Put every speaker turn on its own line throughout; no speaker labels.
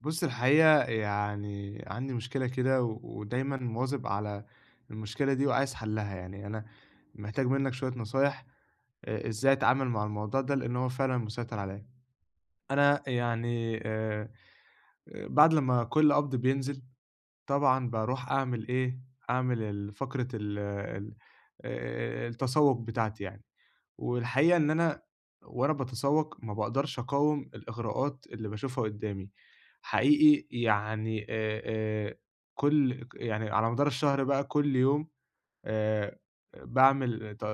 بُص الحقيقة يعني عندي مشكلة كده ودايمًا مواظب على المشكلة دي وعايز حلّها، يعني أنا محتاج منّك شوية نصايح إزاي أتعامل مع الموضوع ده، لإن هو فعلًا مسيطر عليّا. أنا يعني بعد لمّا كل قبض بينزل طبعًا باروح أعمل إيه، أعمل فقرة ال ال التسوّق بتاعتي يعني. والحقيقة إن أنا وأنا باتسوّق ما باقدرش أقاوم الإغراءات اللي باشوفها قدّامي، حقيقي يعني آآ كل يعني على مدار الشهر بقى كل يوم آآ باعمل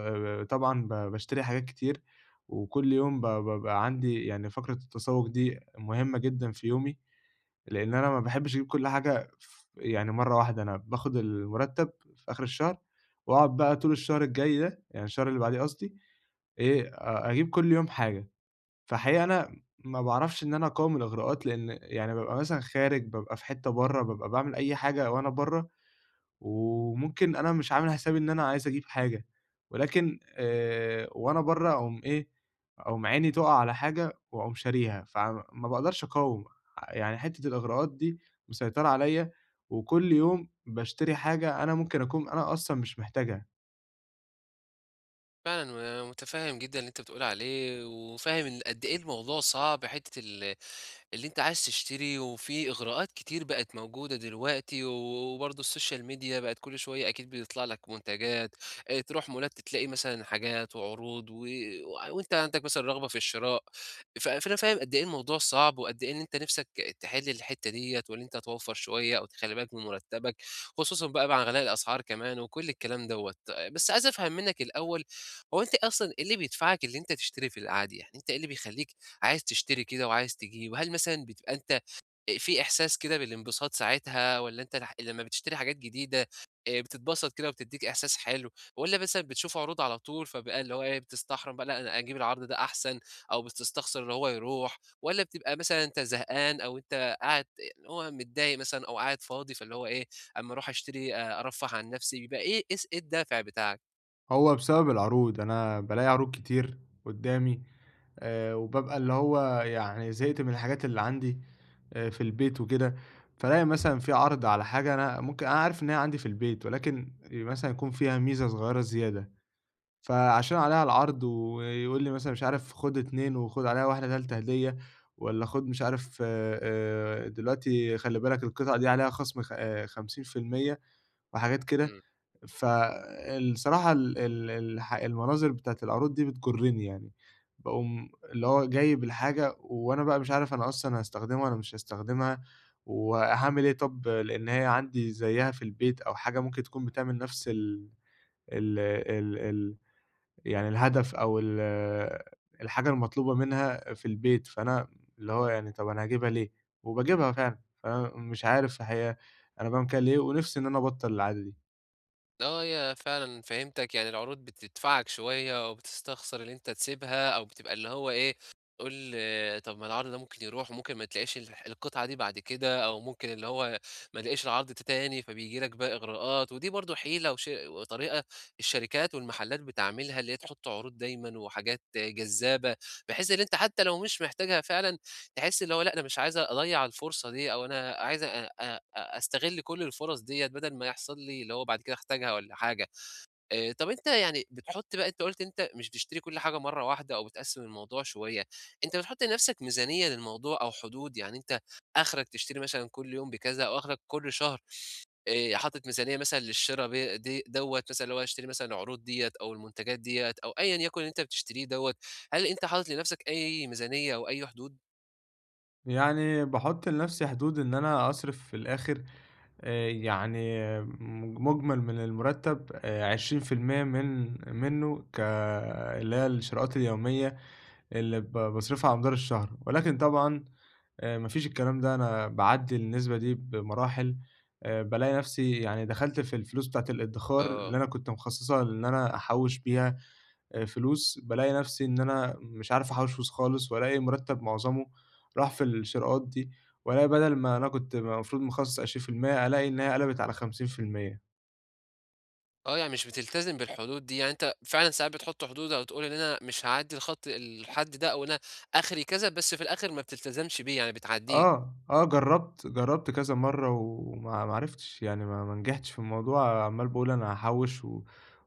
طبعًا باشتري حاجات كتير، وكل يوم بابقى عندي يعني فقرة التسوّق دي مهمة جدًا في يومي، لإن أنا ما باحبش أجيب كل حاجة يعني مرّة واحدة، أنا باخد المرتّب في آخر الشهر، وأقعد بقى طول الشهر الجاي ده، يعني الشهر اللي بعديه قصدي، إيه، أجيب كل يوم حاجة، فحقيقة أنا ما باعرفش إن أنا أقاوم الإغراءات، لإن يعني بابقى مثلًا خارج، بابقى في حتّة برّه، بابقى باعمل أي حاجة وأنا برّه، وممكن أنا مش عامل حسابي إن أنا عايز أجيب حاجة، ولكن وأنا برّه أقوم إيه، أقوم عيني تُقع على حاجة وأقوم شاريها، فما باقدرش أقاوم، يعني حتّة الإغراءات دي مسيطرة عليَّ، وكل يوم باشتري حاجة أنا ممكن أكون أنا أصلًا مش محتاجها.
فعلًا، وأنا متفهم جدًا اللي أنت بتقول عليه، وفاهم إن قد إيه الموضوع صعب، حتة اللي أنت عايز تشتري، وفي إغراءات كتير بقت موجودة دلوقتي، وبرضه السوشيال ميديا بقت كل شوية أكيد بيطلع لك منتجات. تروح مولات تلاقي مثلًا حاجات وعروض وأنت عندك مثلًا رغبة في الشراء. فأنا فاهم قد إيه الموضوع صعب، وقد إيه إن أنت نِفْسك تحل الحتة ديّة، وإن أنت توفّر شوية أو تخلّي بالك من مرتبك، خصوصًا بقى مع غلاء الأسعار كمان وكل الكلام دوّة. بس عايز أفهم منك الأول، هو أنت أصلًا إيه اللي بيدفعك اللي أنت تشتري في العادي؟ يعني أنت إيه اللي بيخلّيك عايز تشتري كده وعايز تجيب؟ وهل مثلًا بتبقى أنت في إحساس كده بالانبساط ساعتها، والّا أنت لمّا بتشتري حاجات جديدة بتتبسط كده وبتدّيك إحساس حلو، والّا مثلًا بتشوف عروض على طول فبقى اللي هو إيه، بتستحرم بقى لأ أنا أجيب العرض ده أحسن، أو بتستخسر اللي هو يروح، والّا بتبقى مثلًا أنت زهقان أو أنت قاعد اللي هو متضايق مثلًا أو قاعد فاضي، فاللي هو إيه أمّا أروح أشتري أرفّه عن نفسي بيبقى إيه؟ إيه الدافع بتاعك؟
هو بسبب العروض، أنا بالاقي عروض كتير قدّامي وبابقى اللي هو يعني زهقت من الحاجات اللي عندي في البيت وكده، فالاقي مثلًا في عرض على حاجة أنا ممكن أنا عارف إن هي عندي في البيت، ولكن مثلًا يكون فيها ميزة صغيرة زيادة، فعشان عليها العرض ويقول لي مثلًا مش عارف خُد 2 وخُد عليها واحدة تالتة هدية، والّا خُد مش عارف دلوقتي خلّي بالك القطعة دي عليها خصم خ 50% وحاجات كده.
إمم.
فالصراحة ال ال الح المناظر بتاعة العروض دي بتجرني يعني، باقوم اللي هو جايب الحاجة وأنا بقى مش عارف أنا أصلًا هاستخدمها والّا مش هاستخدمها، وهاعمل إيه طب لإن هي عندي زيّها في البيت أو حاجة ممكن تكون بتعمل نفس ال ال ال ال يعني الهدف أو الحاجة المطلوبة منها في البيت، فأنا اللي هو يعني طب أنا هاجيبها ليه؟ وباجيبها فعلًا، فأنا مش عارف الحقيقة أنا باعمل كده ليه، ونفسي إن أنا أبطّل العادة دي.
آه، هي فعلًا فهمتك. يعني العروض بتدفعك شوية، أو بتستخسر اللي أنت تسيبها، أو بتبقى اللي هو إيه، تقول آه، طب ما العرض ده ممكن يروح وممكن ما تلاقيش القطعة دي بعد كده، أو ممكن اللي هو ما الاقيش العرض ده تاني، فبييجي لك بقى إغراءات. ودي برضه حيلة وطريقة الشركات والمحلات بتعملها، اللي هي تحط عروض دايمًا وحاجات جذابة، بحيث إن أنت حتى لو مش محتاجها فعلًا تحس اللي هو لأ، أنا مش عايز أضيّع الفرصة دي، أو أنا عايز أ أ أستغل كل الفرص ديّة بدل ما يحصل لي اللي هو بعد كده أحتاجها والّا حاجة. طب أنت يعني بتحُط بقى، أنت قُلت أنت مش بتشتري كل حاجة مرّة واحدة أو بتقسّم الموضوع شوية، أنت بتحُط لنَفْسك ميزانية للموضوع أو حدود؟ يعني أنت آخرك تشتري مثلًا كل يوم بكذا، أو آخرك كل شهر حاطط ميزانية مثلًا للشِرا ب دي دوّة، مثلًا اللي هو هاشتري مثلًا العروض ديّة أو المنتجات ديّة أو أيًا يكن اللي أنت بتشتريه دوّة، هل أنت حاطط لنَفْسك أي ميزانية أو أي حدود؟
يعني باحُط لنَفْسي حدود إن أنا أصرف في الآخر يعني مُجمل من المُرتّب 20% منّه اللي هي الشراءات اليومية اللي باصرفها على مدار الشهر، ولكن طبعًا ما فيش الكلام ده، أنا باعدّي النسبة دي بمراحل بالاقي نَفْسي يعني دخلت في الفلوس بتاعة الإدّخار اللي
آه.
أنا كنت مخصّصها إن أنا أحوّش بيها فلوس، بالاقي نفسي إن أنا مش عارف أحوّش فلوس خالص، والاقي مرتّب معظمه راح في الشراءات دي، والاقي بدل ما أنا كنت المفروض مخصّص 20% ألاقي إن هي قلبت على 50%.
آه، يعني مش بتلتزم بالحدود دي. يعني أنت فعلًا ساعات بتحُط حدود أو تقول إن أنا مش هاعدّي الحد ده، أو أنا آخري كذا، بس في الآخر ما بتلتزمش بيه، يعني بتعدّيه.
آه، آه، جرّبت، كذا مرّة وما ما عرفتش، يعني ما نجحتش في الموضوع، عمّال باقول أنا هاحوّش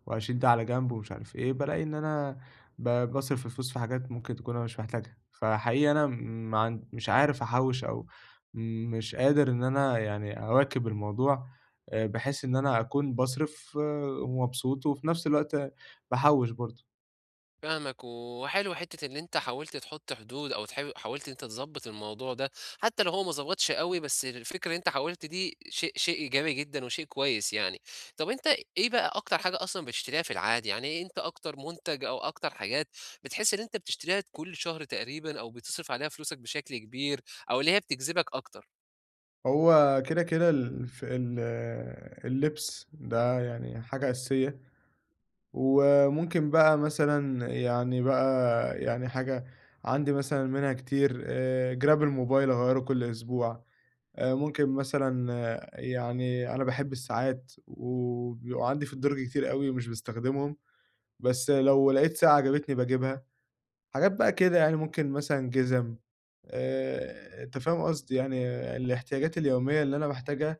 وهاشيل ده على جنب ومش عارف إيه، بالاقي إن أنا باصرف الفلوس في حاجات ممكن تكون أنا مش محتاجها، فحقيقي أنا م- ما عن مش عارف أحوّش أو مش قادر إن أنا يعني أواكب الموضوع، بحيث إن أنا أكون باصرف ومبسوط وفي نفس الوقت باحوّش برضه.
فاهمك، وحلو حتّة إن أنت حاولت تحط حدود أو حاولت إن أنت تضبّط الموضوع ده. حتّى لو هو ما ضبطش أوي، بس الفكرة إن أنت حاولت دي شيء إيجابي جدًا وشيء كويس يعني. طَب أنت إيه بقى أكتر حاجة أصلًا بتشتريها في العادي؟ يعني إيه أنت أكتر منتج أو أكتر حاجات بتحس إن أنت بتشتريها كل شهر تقريبًا، أو بتصرف عليها فلوسك بشكل كبير، أو اللي هي بتجذبك أكتر؟
هو كده، كده ال ف ال اللبس ده يعني حاجة أساسية وممكن بقى مثلًا يعني بقى يعني حاجة عندي مثلًا منها كتير جراب الموبايل أغيّره كل أسبوع، ممكن مثلًا يعني أنا باحب الساعات وبيبقوا عندي في الدرج كتير أوي مش باستخدمهم، بس لو لقيت ساعة عجبتني باجيبها، حاجات بقى كده يعني ممكن مثلًا جِزم أنت فاهم قصدي، يعني الاحتياجات اليومية اللي أنا باحتاجها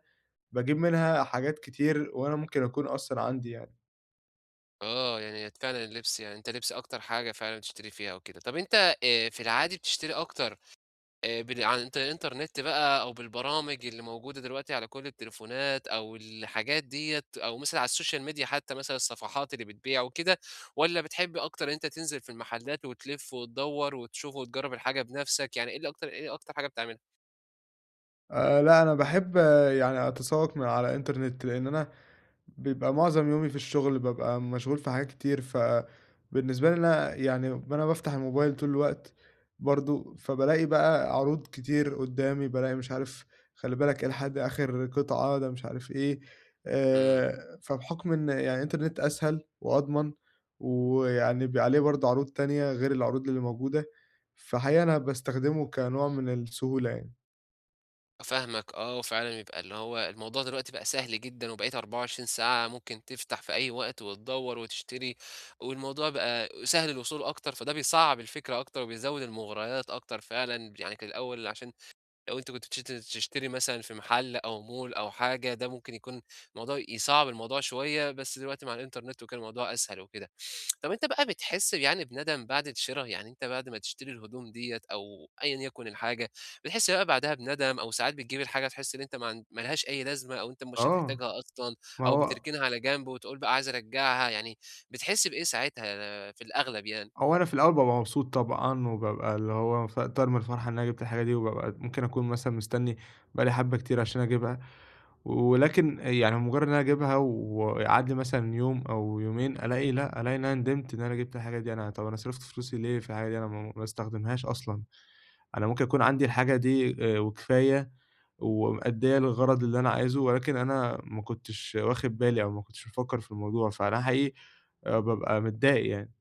باجيب منها حاجات كتير وأنا ممكن أكون أصلًا عندي يعني.
آه، يعني فعلًا اللبس، يعني أنت لبس أكتر حاجة فعلًا بتشتري فيها وكده. طَب أنت في العادي بتشتري أكتر بال عن الإنت الإنترنت بقى، أو بالبرامج اللي موجودة دلوقتي على كل التليفونات أو الحاجات ديّة، أو مثلًا على السوشيال ميديا حتى، مثلًا الصفحات اللي بتبيع وكده، والّا بتحب أكتر إن أنت تنزل في المحلات وتلِف وتدوّر وتشوف وتجرّب الحاجة بنَفْسك؟ يعني إيه أكتر حاجة بتعملها؟
لأ، أنا باحب يعني أتسوّق من على الإنترنت، لإن أنا بيبقى معظم يومي في الشغل، بابقى مشغول في حاجات كتير، فبالنسبة لي أنا يعني أنا بافتح الموبايل طول الوقت برضه، فبالاقي بقى عروض كتير قدّامي، بالاقي مش عارف خلِّ بالك إلى حد آخر قطعة، ده مش عارف إيه،
إمم.
فبحُكم إن يعني الإنترنت أسهل وأضمن، ويعني بيبقى عليه برضه عروض تانية غير العروض اللي موجودة، فحقيقة أنا باستخدمه كنوع من السهولة يعني.
فاهمك آه، وفعلًا يبقى اللي هو الموضوع دلوقتي بقى سهل جدًا، وبقيت 24 ساعة ممكن تفتح في أي وقت وتدوّر وتشتري. والموضوع بقى سهل الوصول أكتر، فده بيصعّب الفكرة أكتر وبيزوّد المغريات أكتر فعلًا. يعني كان الأول، عشان لو أنت كنت تشتري مثلًا في محل أو مول أو حاجة، ده ممكن يكون الموضوع يصعّب الموضوع شوية، بس دلوقتي مع الإنترنت وكده الموضوع أسهل وكده. طب أنت بقى بتحس يعني بندم بعد الشرا؟ يعني أنت بعد ما تشتري الهدوم ديّة أو أيًا يكن الحاجة، بتحس بقى بعدها بندم، أو ساعات بتجيب الحاجة تحس إن أنت ما لهاش أي لازمة، أو أنت مش
آه.
هتحتاجها أصلًا،
ما
أو
هو
بتركنها على جنب وتقول بقى عايز أرجّعها، يعني بتحس بإيه ساعتها في الأغلب يعني؟
أنا في الأول بابقى مبسوط طبعًا، وبابقى اللي هو طاير من الفرحة إن أنا جِبت الحاجة دي، وبابقى ممكن أكون مثلًا مستني بقى لي حبّة كتير عشان أجيبها، ولكن يعني مجرّد إن أنا أجيبها ويعدّي مثلًا يوم أو يومين ألاقي لأ، ألاقي إن أنا ندمت إن أنا جِبت الحاجة دي، أنا طَب أنا صرفت فلوسي ليه في الحاجة دي؟ أنا ما استخدمهاش أصلًا، أنا ممكن يكون عندي الحاجة دي وكفاية ومأدّية للغرض اللي أنا عايزه، ولكن أنا ما كنتش واخد بالي أو ما كنتش مفكّر في الموضوع، فأنا حقيقي بابقى متضايق يعني.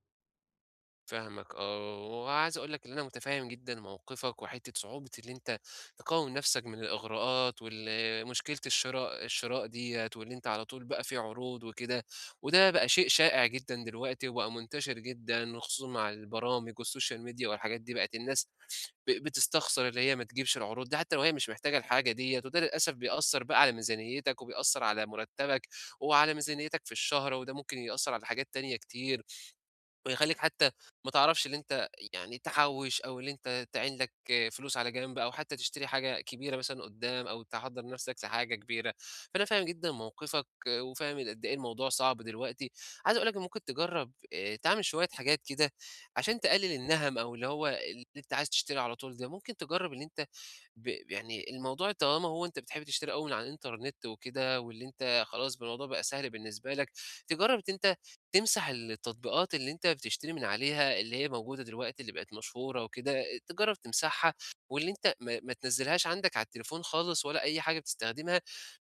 فاهمك آه، وعايز أقول لك إن أنا متفهم جدًا موقفك، وحتة صعوبة اللي أنت تقاوم نفسك من الإغراءات مشكلة الشراء ديّة، واللي أنت على طول بقى في عروض وكده. وده بقى شيء شائع جدًا دلوقتي، وبقى منتشر جدًا خصوصًا مع البرامج والسوشيال ميديا والحاجات دي. بقت الناس بتستخسر اللي هي ما تجيبش العروض دي حتى لو هي مش محتاجة الحاجة ديّة، وده للأسف بيأثّر بقى على ميزانيتك، وبيأثّر على مرتبك وعلى ميزانيتك في الشهر، وده ممكن يأثّر على حاجات تانية كتير، ويخلّيك حتى ما تعرفش اللي أنت يعني تحوّش، أو اللي أنت تعين لك فلوس على جنب، أو حتى تشتري حاجة كبيرة مثلًا قدّام، أو تحضّر نَفْسك لحاجة كبيرة. فأنا فاهم جدًا موقفك، وفاهم قد إيه الموضوع صعب دلوقتي. عايز أقول لك إن ممكن تجرّب تعمل شوية حاجات كده عشان تقلِّل النَهَم، أو اللي هو اللي أنت عايز تشتري على طول ده. ممكن تجرّب اللي أنت يعني الموضوع طالما هو أنت بتحب تشتري أوي من على الإنترنت وكده، واللي أنت خلاص الموضوع بقى سهل بالنسبة لك، تجرّب أنت تمسح التطبيقات اللي أنت بتشتري من عليها، اللي هي موجودة دلوقتي اللي بقت مشهورة وكده. تجرّب تمسحها، واللي أنت ما تنزّلهاش عندك على التليفون خالص، ولا أي حاجة بتستخدمها،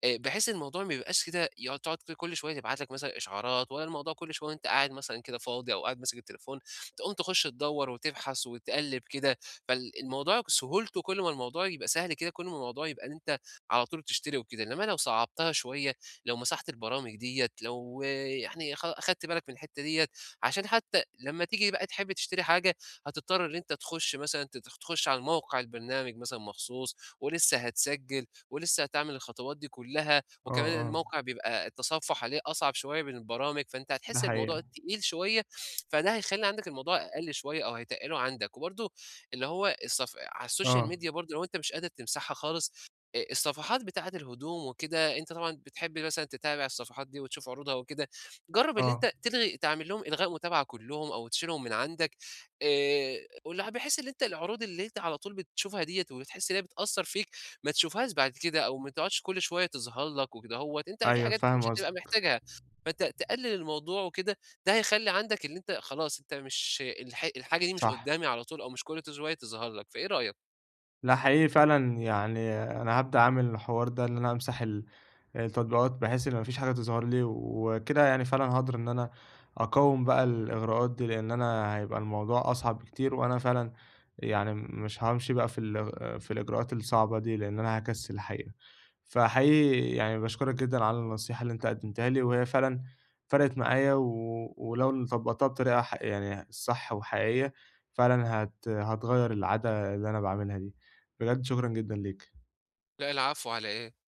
بحيث الموضوع ما يبقاش كده تقعد كل شوية تبعت لك مثلًا إشعارات، ولا الموضوع كل شوية وأنت قاعد مثلًا كده فاضي، أو قاعد ماسك التليفون تقوم تخش تدوّر وتبحث وتقلِّب كده. فالموضوع سهولته، كل ما الموضوع يبقى سهل كده، كل ما الموضوع يبقى إن أنت على طول بتشتري وكده. إنما لو صعّبتها شوية، لو مسحت البرامج ديّة، لو آه، يعني أخدت بالك من الحتّة ديّة، عشان حتى لمّا تيجي بقى تحب تشتري حاجة، هتضطر إن أنت تخش مثلًا، تخش على الموقع البرنامج مثلًا مخصوص، ولسه هتسجّل، ولسه هتعمل الخطوات دي كلها،
آه،
وكمان
آه،
الموقع بيبقى التصفح عليه أصعب شوية من البرامج، فأنت
ده
هتحس
حقيقة.
الموضوع تقيل شوية. فده هيخلّي عندك الموضوع أقل شوية، أو هيتقِّله عندك. وبرضه اللي هو على السوشيال
آه،
ميديا برضه، لو أنت مش قادر تمسحها خالص، الصفحات بتاعة الهدوم وكده، أنت طبعًا بتحب مثلًا تتابع الصفحات دي وتشوف عروضها وكده، جرّب اللي
آه،
أنت تعمل لهم إلغاء متابعة كلّهم أو تشيلهم من عندك، آآ واللي بحيث اللي أنت العروض اللي أنت على طول بتشوفها ديّة وبتحس إن هي بتأثّر فيك، ما تشوفهاش بعد كده، أو ما تقعدش كل شوية تظهر لك وكدهوّة. أنت في
أيوه
حاجات مش
فاهم
هتبقى
قصدك،
محتاجها، فأنت تقلل الموضوع وكده. ده هيخلّي عندك اللي أنت خلاص أنت مش الحاجة دي مش
صح.
قدّامي على طول، أو مش كل شوية تظهر لك. فإيه رأيك؟
لأ حقيقي فعلًا يعني أنا هابدأ أعمل الحوار ده، اللي أنا أمسح التطبيقات بحيث إن ما فيش حاجة تظهر لي، وكده يعني فعلًا هاقدر إن أنا أقاوم بقى الإغراءات دي، لإن أنا هيبقى الموضوع أصعب بكتير، وأنا فعلًا يعني مش هامشي بقى في في الإجراءات الصعبة دي، لإن أنا هاكسل الحقيقة. فحقيقي يعني باشكرك جدًا على النصيحة اللي أنت قدمتها لي، وهي فعلًا فرقت معايا، ولو طبّقتها بطريقة يعني صح وحقيقية، فعلًا هتغيّر العادة اللي أنا باعملها دي. بجد شكرًا جدًا ليك.
لأ العفو على إيه؟